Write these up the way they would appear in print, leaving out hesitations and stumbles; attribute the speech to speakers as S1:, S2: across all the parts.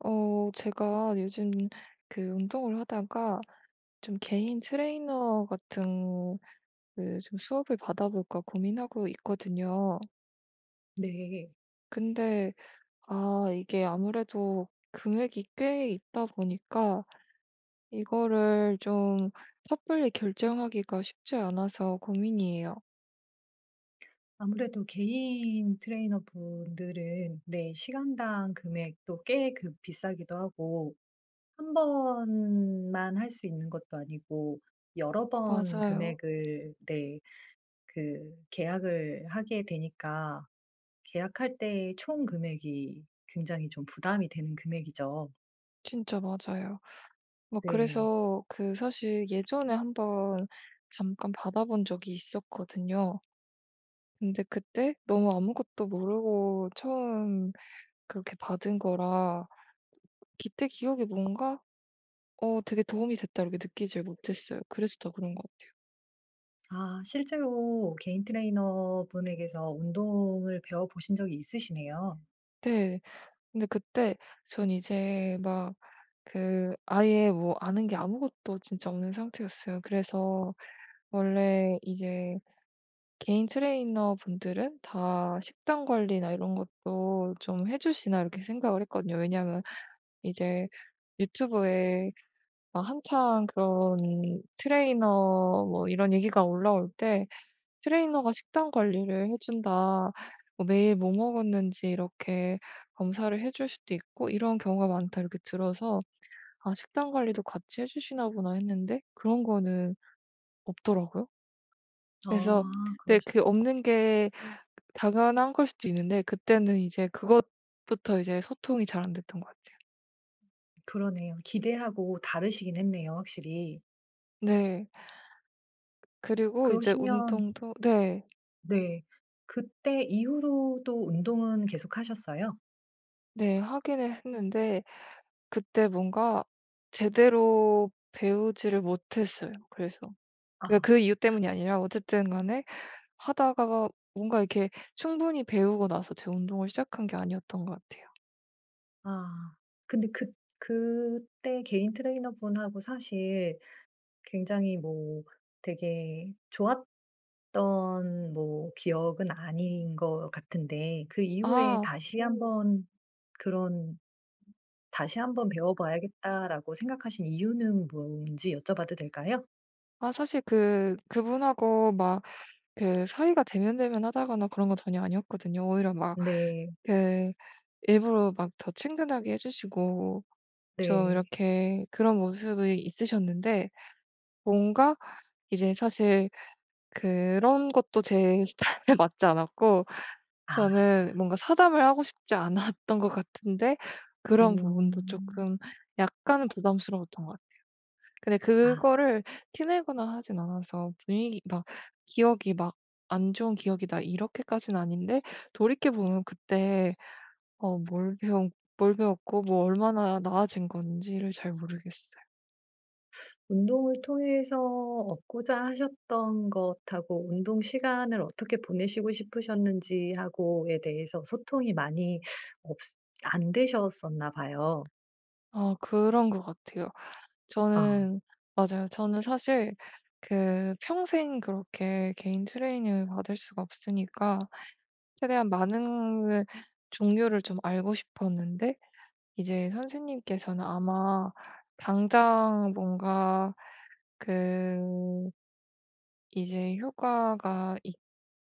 S1: 제가 요즘 그 운동을 하다가 좀 개인 트레이너 같은 그 좀 수업을 받아볼까 고민하고 있거든요.
S2: 네.
S1: 근데, 이게 아무래도 금액이 꽤 있다 보니까 이거를 좀 섣불리 결정하기가 쉽지 않아서 고민이에요.
S2: 아무래도 개인 트레이너분들은, 네, 시간당 금액도 꽤 그 비싸기도 하고, 한 번만 할 수 있는 것도 아니고 여러 번
S1: 맞아요.
S2: 금액을, 네, 그 계약을 하게 되니까 계약할 때의 총 금액이 굉장히 좀 부담이 되는 금액이죠.
S1: 진짜 맞아요. 막
S2: 네.
S1: 그래서 그 사실 예전에 한번 잠깐 받아본 적이 있었거든요. 근데 그때 너무 아무것도 모르고 처음 그렇게 받은 거라 그때 기억이 뭔가 '어 되게 도움이 됐다.' 이렇게 느끼질 못했어요. 그래서 더 그런 것 같아요.
S2: 아, 실제로 개인 트레이너분에게서 운동을 배워 보신 적이 있으시네요.
S1: 네. 근데 그때 전 이제 막 그 아예 뭐 아는 게 아무것도 진짜 없는 상태였어요. 그래서 원래 이제 개인 트레이너분들은 다 식단 관리나 이런 것도 좀 해 주시나 이렇게 생각을 했거든요. 왜냐하면 이제 유튜브에 막 한창 그런 트레이너 뭐 이런 얘기가 올라올 때 "트레이너가 식단 관리를 해 준다. 뭐 매일 뭐 먹었는지 이렇게 검사를 해줄 수도 있고 이런 경우가 많다." 이렇게 들어서 '아 식단 관리도 같이 해 주시나 보나.' 했는데 그런 거는 없더라고요. 그래서
S2: 아,
S1: 근데 그 없는 게 당연한 걸 수도 있는데 그때는 이제 그것부터 이제 소통이 잘 안 됐던 것 같아요.
S2: 그러네요. 기대하고 다르시긴 했네요, 확실히.
S1: 네. 그리고 이제
S2: 그러시면,
S1: 운동도 네.
S2: 네. 그때 이후로도 운동은 계속하셨어요?
S1: 네, 하기는 했는데 그때 뭔가 제대로 배우지를 못했어요 그래서.
S2: 아.
S1: 그러니까 그 이유 때문이 아니라 어쨌든 간에 하다가 뭔가 이렇게 충분히 배우고 나서 제 운동을 시작한 게 아니었던 것 같아요.
S2: 아. 근데 그때 개인 트레이너분하고 사실 굉장히 뭐 되게 좋았던 뭐 기억은 아닌 것 같은데, 그 이후에
S1: 아.
S2: 다시 한번 그런 '다시 한번 배워 봐야겠다.'라고 생각하신 이유는 뭔지 여쭤봐도 될까요?
S1: 아, 사실 그 그분하고 막 그 사이가 대면대면 하다거나 그런 건 전혀 아니었거든요. 오히려 막
S2: 네.
S1: 그 일부러 막 더 친근하게 해 주시고 좀
S2: 네.
S1: 이렇게 그런 모습이 있으셨는데 뭔가 이제 사실 그런 것도 제 스타일에 맞지 않았고
S2: 아.
S1: 저는 뭔가 사담을 하고 싶지 않았던 것 같은데 그런 부분도
S2: 음.
S1: 쪼끔 약간은 부담스러웠던 것 같아요. 근데
S2: 아,
S1: 그거를 티내거나 하진 않아서 분위기 막 기억이 막 '안 좋은 기억이다.' 이렇게까지는 아닌데 돌이켜 보면 그때 어 뭘 배운 뭘 배웠고 뭐 얼마나 나아진 건지를 잘 모르겠어요.
S2: 운동을 통해서 얻고자 하셨던 것하고 운동 시간을 어떻게 보내시고 싶으셨는지 하고에 대해서 소통이 많이 없 안 되셨었나 봐요.
S1: 아, 그런 것 같아요.
S2: 아.
S1: 저는 맞아요. 저는 사실 그 평생 그렇게 개인 트레이닝을 받을 수가 없으니까 최대한 많은 종류를 좀 알고 싶었는데 이제 선생님께서는 아마 당장 뭔가 그 이제 효과가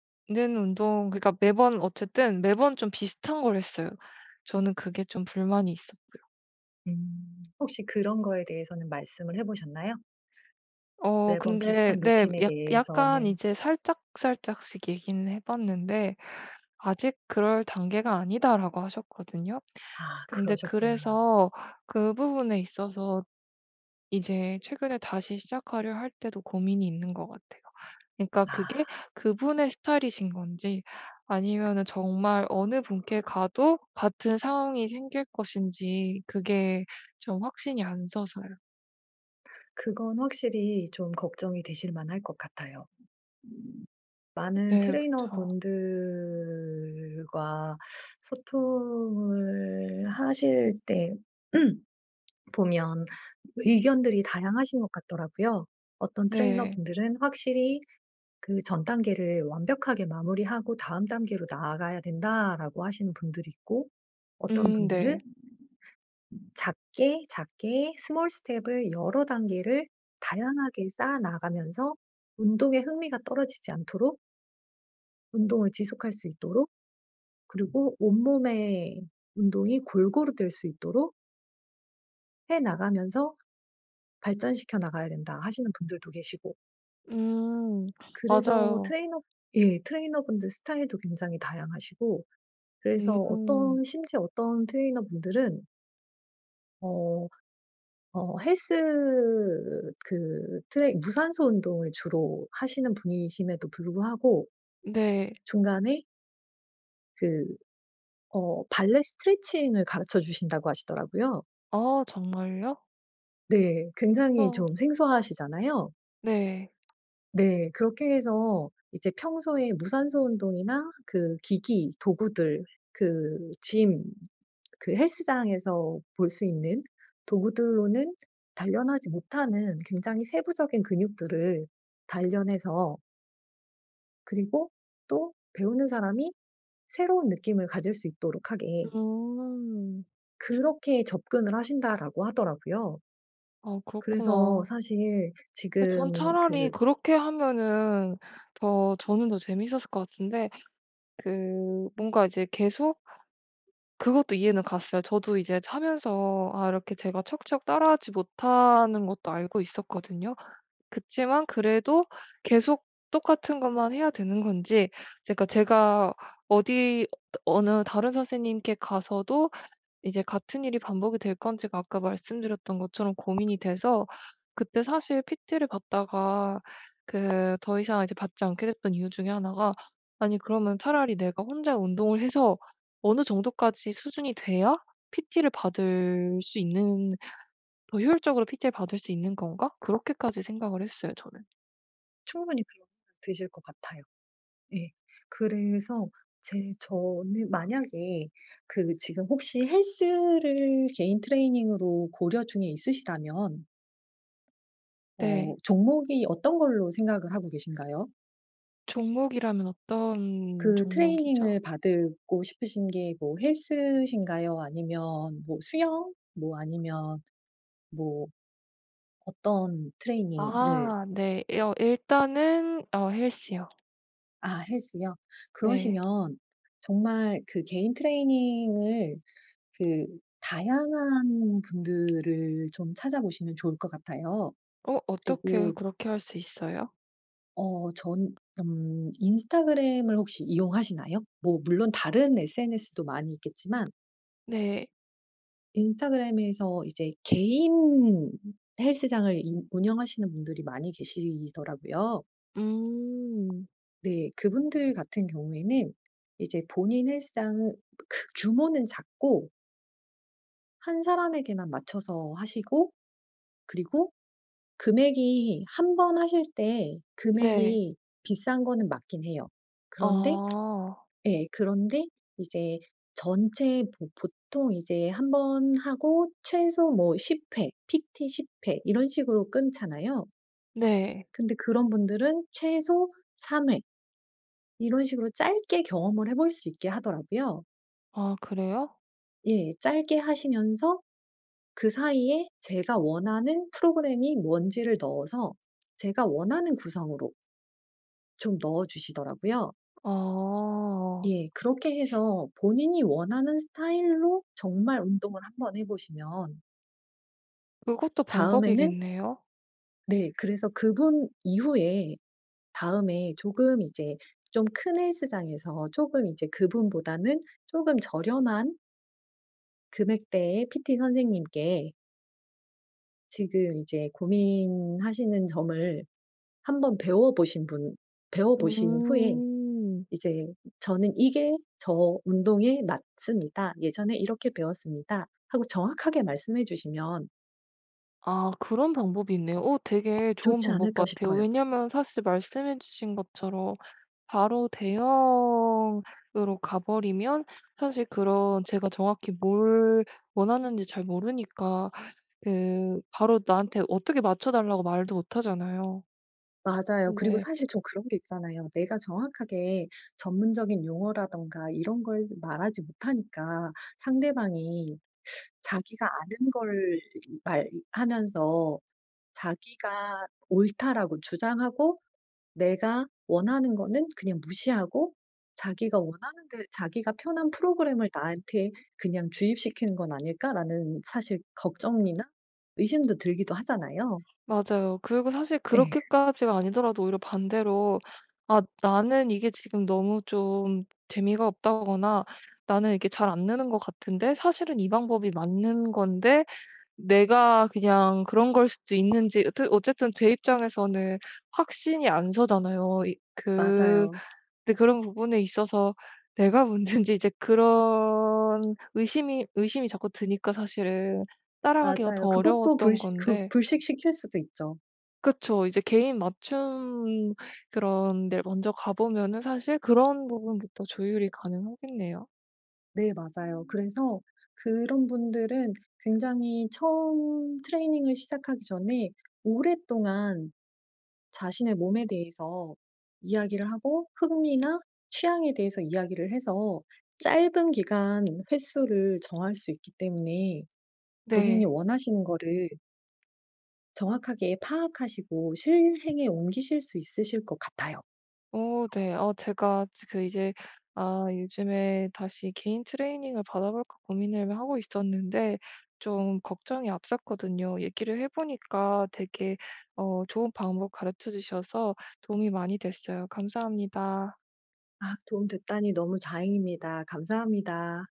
S1: 있는 운동 그러니까 매번 어쨌든 매번 좀 비슷한 걸 했어요. 저는 그게 좀 불만이 있었고요.
S2: 음. 혹시 그런 거에 대해서는 말씀을 해 보셨나요? 매번
S1: 근데
S2: 비슷한
S1: 네,
S2: 루틴에
S1: 약 약간
S2: 대해서는.
S1: 이제 살짝살짝씩 얘기는 해 봤는데 "아직 그럴 단계가 아니다."라고 하셨거든요.
S2: 아,
S1: 근데
S2: 그러셨구나.
S1: 그래서 그 부분에 있어서 이제 최근에 다시 시작하려 할 때도 고민이 있는 것 같아요. 그러니까
S2: 아,
S1: 그게 그분의 스타일이신 건지 아니면은 정말 어느 분께 가도 같은 상황이 생길 것인지 그게 좀 확신이 안 서서요.
S2: 그건 확실히 좀 걱정이 되실 만할 것 같아요. 많은
S1: 네, 그쵸.
S2: 트레이너분들과 소통을 하실 때 보면 의견들이 다양하신 것 같더라고요. 어떤
S1: 네.
S2: 트레이너분들은 "확실히 그 전 단계를 완벽하게 마무리하고 다음 단계로 나아가야 된다."라고 하시는 분들이 있고, 어떤
S1: 음,
S2: 분들은
S1: 네.
S2: 작게 작게 스몰 스텝을 여러 단계를 다양하게 쌓아 나가면서 운동에 흥미가 떨어지지 않도록, 운동을 지속할 수 있도록, 그리고 온몸의 운동이 골고루 될 수 있도록 해 나가면서 발전시켜 나가야 된다 하시는 분들도 계시고.
S1: 음,
S2: 그래서
S1: 맞아요.
S2: 트레이너 예, 트레이너분들 스타일도 굉장히 다양하시고, 그래서
S1: 음,
S2: 어떤 심지어 어떤 트레이너분들은 어 어 헬스 그 트레이 무산소 운동을 주로 하시는 분이심에도 불구하고
S1: 네.
S2: 중간에 그 발레 스트레칭을 가르쳐 주신다고 하시더라고요.
S1: 아, 정말요?
S2: 네. 굉장히
S1: 어.
S2: 좀 생소하시잖아요.
S1: 네.
S2: 네. 그렇게 해서 이제 평소에 무산소 운동이나 그 기기, 도구들, 그 짐, 그 헬스장에서 볼 수 있는 도구들로는 단련하지 못하는 굉장히 세부적인 근육들을 단련해서, 그리고 또 배우는 사람이 새로운 느낌을 가질 수 있도록 하게,
S1: 음.
S2: 그렇게 접근을 하신다라고 하더라고요.
S1: 아,
S2: 그래서
S1: 그렇구나.
S2: 사실
S1: 근데
S2: 지금
S1: 전 차라리 그렇게 하면은 더 저는 더 재밌었을 것 같은데 그 뭔가 이제 계속 그것도 이해는 갔어요. 저도 이제 하면서 아 이렇게 제가 척척 따라하지 못하는 것도 알고 있었거든요. 그치만 그래도 계속 똑같은 것만 해야 되는 건지 그러니까 제가 어디 어느 다른 선생님께 가서도 이제 같은 일이 반복이 될 건지가 아까 말씀드렸던 것처럼 고민이 돼서 그때 사실 PT를 받다가 그 더 이상 이제 받지 않게 됐던 이유 중에 하나가 아니 그러면 차라리 내가 혼자 운동을 해서 어느 정도까지 수준이 돼야 PT를 받을 수 있는 '더 효율적으로 PT를 받을 수 있는 건가?' 그렇게까지 생각을 했어요 저는.
S2: 충분히 그런 생각 드실 것 같아요. 예. 그래서 제 저는 만약에 지금 혹시 헬스를 개인 트레이닝으로 고려 중에 있으시다면,
S1: 네.
S2: 종목이 어떤 걸로 생각을 하고 계신가요?
S1: 종목이라면 어떤
S2: 그
S1: 종목이죠?
S2: 트레이닝을 받고 싶으신 게 뭐 헬스신가요? 아니면 뭐 수영? 뭐 아니면 뭐 어떤 트레이닝을.
S1: 아, 네. 여 일단은 헬스요.
S2: 아, 헬스요?
S1: 네.
S2: 그러시면 정말 그 개인 트레이닝을 그 다양한 분들을 좀 찾아보시면 좋을 것 같아요.
S1: 어떻게
S2: 그리고
S1: 그렇게 할 수 있어요?
S2: 전, 인스타그램을 혹시 이용하시나요? 뭐 물론 다른 SNS도 많이 있겠지만,
S1: 네.
S2: 인스타그램에서 이제 개인 헬스장을 인 운영하시는 분들이 많이 계시더라고요.
S1: 음.
S2: 네. 그분들 같은 경우에는 이제 본인 헬스장은 그 규모는 작고, 한 사람에게만 맞춰서 하시고, 그리고 금액이, 한번 하실 때
S1: 네.
S2: 금액이 비싼 거는 맞긴 해요. 그런데,
S1: 아.
S2: 예, 그런데 이제 전체 보 보통 이제 한번 하고 최소 뭐 10회, PT 10회 이런 식으로 끊잖아요.
S1: 네.
S2: 근데 그런 분들은 최소 3회 이런 식으로 짧게 경험을 해볼 수 있게 하더라고요.
S1: 아, 그래요?
S2: 예. 짧게 하시면서 그 사이에 제가 원하는 프로그램이 뭔지를 넣어서, 제가 원하는 구성으로 좀 넣어 주시더라고요.
S1: 아.
S2: 예. 그렇게 해서 본인이 원하는 스타일로 정말 운동을 한번 해 보시면,
S1: 그것도
S2: 다음에는,
S1: 방법이겠네요.
S2: 네, 그래서 그분 이후에 다음에 조금 이제 좀 큰 헬스장에서 조금 이제 그분보다는 조금 저렴한 금액대의 PT 선생님께 지금 이제 고민하시는 점을 한번 배워 보신 후에
S1: 음.
S2: 이제 "저는 이게 저 운동에 맞습니다. 예전에 이렇게 배웠습니다." 하고 정확하게 말씀해 주시면
S1: 아, 그런 방법이 있네요. 오, 되게 좋은
S2: 좋지
S1: 방법
S2: 않을까
S1: 같아요.
S2: 싶어요.
S1: 왜냐면 사실 말씀해 주신 것처럼 바로 대형으로 가버리면 사실 그런 제가 정확히 뭘 원하는지 잘 모르니까 그 바로 나한테 어떻게 맞춰 달라고 말도 못 하잖아요.
S2: 맞아요. 그리고
S1: 네,
S2: 사실 좀 그런 게 있잖아요. 내가 정확하게 전문적인 용어라든가 이런 걸 말하지 못하니까 상대방이 자기가 아는 걸 말 하면서 자기가 옳다라고 주장하고 내가 원하는 거는 그냥 무시하고, 자기가 원하는 데, 자기가 편한 프로그램을 나한테 그냥 주입시키는 건 아닐까라는 사실 걱정이나 의심도 들기도 하잖아요.
S1: 맞아요. 그리고 사실
S2: 예.
S1: 그렇게까지가 아니더라도 오히려 반대로 '아 나는 이게 지금 너무 좀 재미가 없다거나 나는 이게 잘 안 느는 것 같은데 사실은 이 방법이 맞는 건데 내가 그냥 그런 걸 수도 있는지.' 어쨌든 제 입장에서는 확신이 안 서잖아요. 이그.
S2: 맞아요.
S1: 근데 그런 부분에 있어서 내가 문제인지 이제 그런 의심이 자꾸 드니까 사실은 따라가기가 더
S2: 맞아요. 그것도
S1: 어려웠던
S2: 불시 그
S1: 건데
S2: 불식시킬 수도 있죠.
S1: 그쵸. 이제 개인 맞춤 그런 데를 먼저 가 보면은 사실 그런 부분부터 조율이 가능하겠네요.
S2: 네, 맞아요. 그래서 그런 분들은 굉장히 처음 트레이닝을 시작하기 전에 오랫동안 자신의 몸에 대해서 이야기를 하고 흥미나 취향에 대해서 이야기를 해서 짧은 기간 횟수를 정할 수 있기 때문에 본인이
S1: 네.
S2: 원하시는 거를 정확하게 파악하시고 실행에 옮기실 수 있으실 것 같아요.
S1: 어, 네. 제가 지 그 이제 아 요즘에 다시 개인 트레이닝을 받아볼까 고민을 하고 있었는데 좀 걱정이 앞섰거든요. 얘기를 해 보니까 되게 좋은 방법 가르쳐 주셔서 도움이 많이 됐어요. 감사합니다.
S2: 아, 도움 됐다니 너무 다행입니다. 감사합니다.